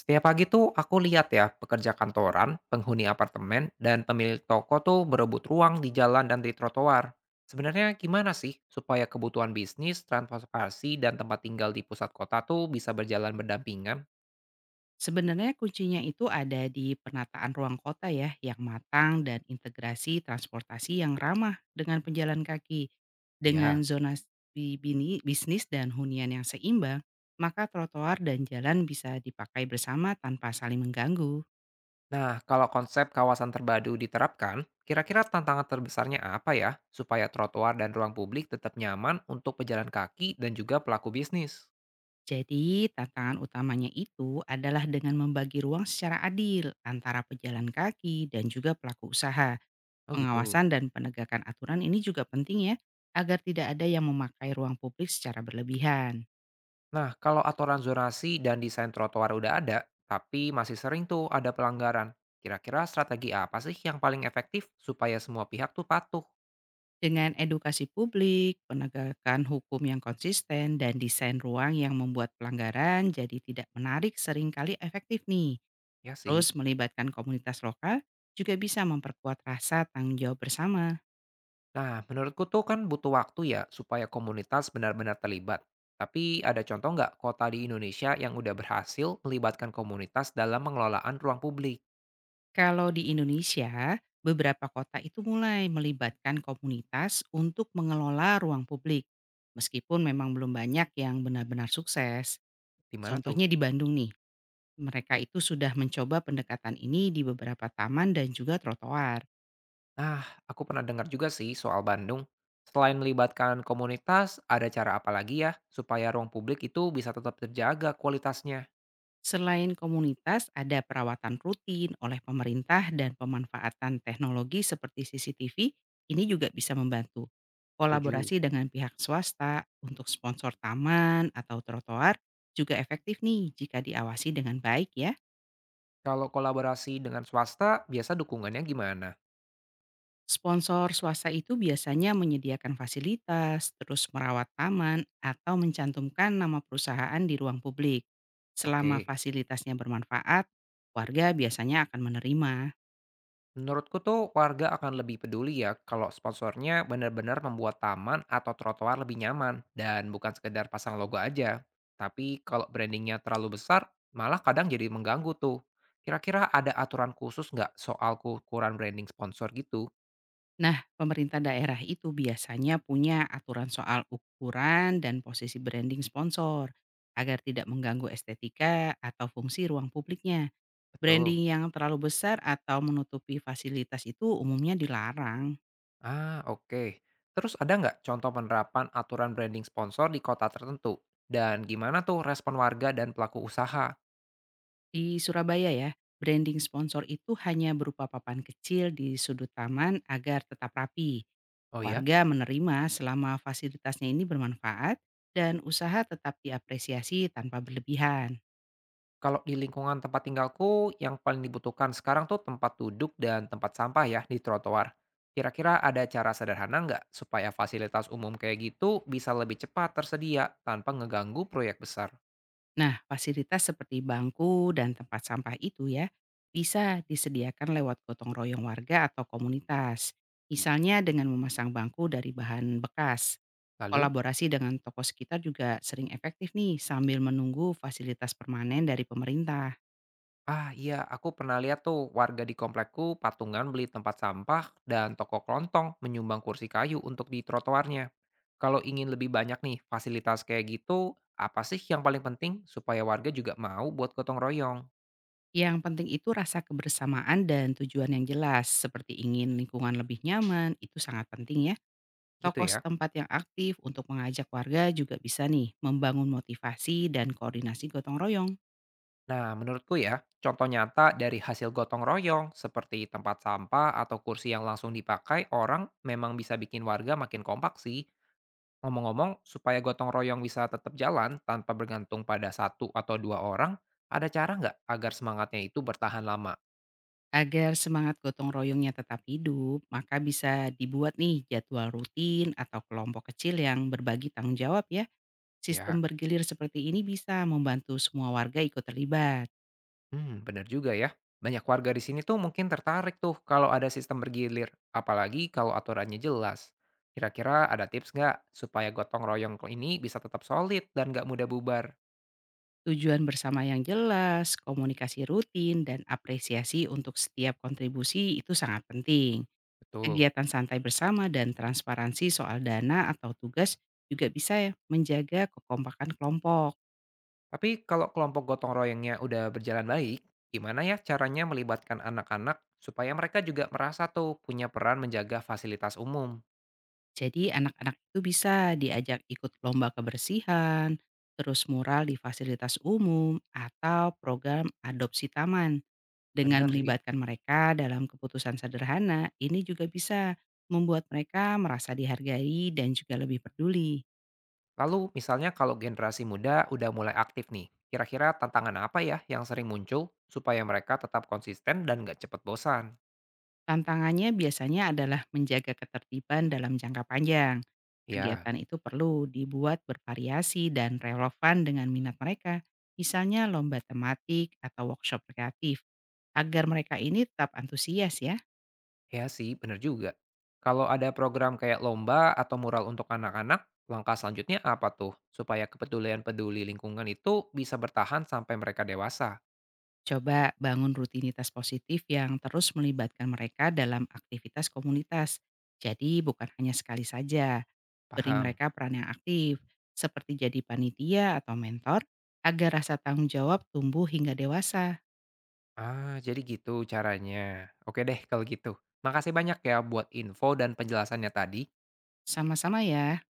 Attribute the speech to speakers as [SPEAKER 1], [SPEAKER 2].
[SPEAKER 1] Setiap pagi tuh aku lihat ya pekerja kantoran, penghuni apartemen, dan pemilik toko tuh berebut ruang di jalan dan di trotoar. Sebenarnya gimana sih supaya kebutuhan bisnis, transportasi, dan tempat tinggal di pusat kota tuh bisa berjalan berdampingan?
[SPEAKER 2] Sebenarnya kuncinya itu ada di penataan ruang kota ya yang matang dan integrasi transportasi yang ramah dengan penjalan kaki. Dengan
[SPEAKER 1] Ya.
[SPEAKER 2] zonasi bisnis dan hunian yang seimbang, maka trotoar dan jalan bisa dipakai bersama tanpa saling mengganggu.
[SPEAKER 1] Nah, kalau konsep kawasan terpadu diterapkan, kira-kira tantangan terbesarnya apa ya supaya trotoar dan ruang publik tetap nyaman untuk pejalan kaki dan juga pelaku bisnis?
[SPEAKER 2] Jadi tantangan utamanya itu adalah dengan membagi ruang secara adil antara pejalan kaki dan juga pelaku usaha.
[SPEAKER 1] Oh gitu.
[SPEAKER 2] Pengawasan dan penegakan aturan ini juga penting ya, agar tidak ada yang memakai ruang publik secara berlebihan.
[SPEAKER 1] Nah, kalau aturan zonasi dan desain trotoar udah ada, tapi masih sering tuh ada pelanggaran. Kira-kira strategi apa sih yang paling efektif supaya semua pihak tuh patuh?
[SPEAKER 2] Dengan edukasi publik, penegakan hukum yang konsisten, dan desain ruang yang membuat pelanggaran jadi tidak menarik seringkali efektif nih.
[SPEAKER 1] Ya sih.
[SPEAKER 2] Terus melibatkan komunitas lokal juga bisa memperkuat rasa tanggung jawab bersama.
[SPEAKER 1] Nah, menurutku tuh kan butuh waktu ya supaya komunitas benar-benar terlibat. Tapi ada contoh nggak kota di Indonesia yang udah berhasil melibatkan komunitas dalam pengelolaan ruang publik?
[SPEAKER 2] Kalau di Indonesia, beberapa kota itu mulai melibatkan komunitas untuk mengelola ruang publik. Meskipun memang belum banyak yang benar-benar sukses.
[SPEAKER 1] Di mana tuh?
[SPEAKER 2] Contohnya di Bandung nih, mereka itu sudah mencoba pendekatan ini di beberapa taman dan juga trotoar.
[SPEAKER 1] Nah, aku pernah dengar juga sih soal Bandung. Selain melibatkan komunitas, ada cara apa lagi ya supaya ruang publik itu bisa tetap terjaga kualitasnya?
[SPEAKER 2] Selain komunitas, ada perawatan rutin oleh pemerintah dan pemanfaatan teknologi seperti CCTV, ini juga bisa membantu.
[SPEAKER 1] Tujuh.
[SPEAKER 2] Kolaborasi dengan pihak swasta untuk sponsor taman atau trotoar juga efektif nih jika diawasi dengan baik ya.
[SPEAKER 1] Kalau kolaborasi dengan swasta, biasa dukungannya gimana?
[SPEAKER 2] Sponsor swasta itu biasanya menyediakan fasilitas, terus merawat taman, atau mencantumkan nama perusahaan di ruang publik. Selama
[SPEAKER 1] Oke.
[SPEAKER 2] fasilitasnya bermanfaat, warga biasanya akan menerima.
[SPEAKER 1] Menurutku tuh warga akan lebih peduli ya kalau sponsornya benar-benar membuat taman atau trotoar lebih nyaman dan bukan sekedar pasang logo aja. Tapi kalau brandingnya terlalu besar, malah kadang jadi mengganggu tuh. Kira-kira ada aturan khusus nggak soal ukuran branding sponsor gitu?
[SPEAKER 2] Nah, pemerintah daerah itu biasanya punya aturan soal ukuran dan posisi branding sponsor agar tidak mengganggu estetika atau fungsi ruang publiknya.
[SPEAKER 1] Betul.
[SPEAKER 2] Branding yang terlalu besar atau menutupi fasilitas itu umumnya dilarang.
[SPEAKER 1] Ah, oke. Terus ada nggak contoh penerapan aturan branding sponsor di kota tertentu? Dan gimana tuh respon warga dan pelaku usaha?
[SPEAKER 2] Di Surabaya ya, branding sponsor itu hanya berupa papan kecil di sudut taman agar tetap rapi.
[SPEAKER 1] Oh ya?
[SPEAKER 2] Warga menerima selama fasilitasnya ini bermanfaat dan usaha tetap diapresiasi tanpa berlebihan.
[SPEAKER 1] Kalau di lingkungan tempat tinggalku, yang paling dibutuhkan sekarang tuh tempat duduk dan tempat sampah ya di trotoar. Kira-kira ada cara sederhana nggak supaya fasilitas umum kayak gitu bisa lebih cepat tersedia tanpa ngeganggu proyek besar?
[SPEAKER 2] Nah, fasilitas seperti bangku dan tempat sampah itu ya bisa disediakan lewat gotong royong warga atau komunitas. Misalnya dengan memasang bangku dari bahan bekas.
[SPEAKER 1] Lalu,
[SPEAKER 2] Kolaborasi dengan toko sekitar juga sering efektif nih sambil menunggu fasilitas permanen dari pemerintah.
[SPEAKER 1] ah iya aku pernah lihat tuh warga di komplekku patungan beli tempat sampah dan toko kelontong menyumbang kursi kayu untuk di trotoarnya. Kalau ingin lebih banyak nih fasilitas kayak gitu, apa sih yang paling penting supaya warga juga mau buat gotong royong?
[SPEAKER 2] Yang penting itu rasa kebersamaan dan tujuan yang jelas seperti ingin lingkungan lebih nyaman itu sangat penting ya.
[SPEAKER 1] Gitu
[SPEAKER 2] Tokoh
[SPEAKER 1] ya.
[SPEAKER 2] setempat yang aktif untuk mengajak warga juga bisa nih membangun motivasi dan koordinasi gotong royong.
[SPEAKER 1] Nah, menurutku ya, contoh nyata dari hasil gotong royong seperti tempat sampah atau kursi yang langsung dipakai orang memang bisa bikin warga makin kompak sih. Ngomong-ngomong, supaya gotong royong bisa tetap jalan tanpa bergantung pada satu atau dua orang, ada cara nggak agar semangatnya itu bertahan lama?
[SPEAKER 2] Agar semangat gotong royongnya tetap hidup, maka bisa dibuat nih jadwal rutin atau kelompok kecil yang berbagi tanggung jawab ya. Sistem
[SPEAKER 1] Ya,
[SPEAKER 2] bergilir seperti ini bisa membantu semua warga ikut terlibat.
[SPEAKER 1] bener juga ya. Banyak warga di sini tuh mungkin tertarik tuh kalau ada sistem bergilir, apalagi kalau aturannya jelas. Kira-kira ada tips nggak supaya gotong royong ini bisa tetap solid dan nggak mudah bubar?
[SPEAKER 2] Tujuan bersama yang jelas, komunikasi rutin, dan apresiasi untuk setiap kontribusi itu sangat penting.
[SPEAKER 1] Betul.
[SPEAKER 2] Kegiatan santai bersama dan transparansi soal dana atau tugas juga bisa ya menjaga kekompakan kelompok.
[SPEAKER 1] Tapi kalau kelompok gotong royongnya udah berjalan baik, gimana ya caranya melibatkan anak-anak supaya mereka juga merasa tuh punya peran menjaga fasilitas umum?
[SPEAKER 2] Jadi anak-anak itu bisa diajak ikut lomba kebersihan, terus mural di fasilitas umum, atau program adopsi taman. Dengan
[SPEAKER 1] Bener sih.
[SPEAKER 2] melibatkan mereka dalam keputusan sederhana, ini juga bisa membuat mereka merasa dihargai dan juga lebih peduli.
[SPEAKER 1] Lalu misalnya kalau generasi muda udah mulai aktif nih, kira-kira tantangan apa ya yang sering muncul supaya mereka tetap konsisten dan nggak cepet bosan?
[SPEAKER 2] Tantangannya biasanya adalah menjaga ketertiban dalam jangka panjang.
[SPEAKER 1] Ya,
[SPEAKER 2] Kegiatan itu perlu dibuat bervariasi dan relevan dengan minat mereka, misalnya lomba tematik atau workshop kreatif, agar mereka ini tetap antusias ya.
[SPEAKER 1] ya sih, bener juga. Kalau ada program kayak lomba atau mural untuk anak-anak, langkah selanjutnya apa tuh? Supaya peduli lingkungan itu bisa bertahan sampai mereka dewasa.
[SPEAKER 2] Coba bangun rutinitas positif yang terus melibatkan mereka dalam aktivitas komunitas. Jadi bukan hanya sekali saja, beri
[SPEAKER 1] Paham?
[SPEAKER 2] mereka peran yang aktif, seperti jadi panitia atau mentor, agar rasa tanggung jawab tumbuh hingga dewasa.
[SPEAKER 1] Ah, jadi gitu caranya. Oke deh kalau gitu. Makasih banyak ya buat info dan penjelasannya tadi.
[SPEAKER 2] Sama-sama ya.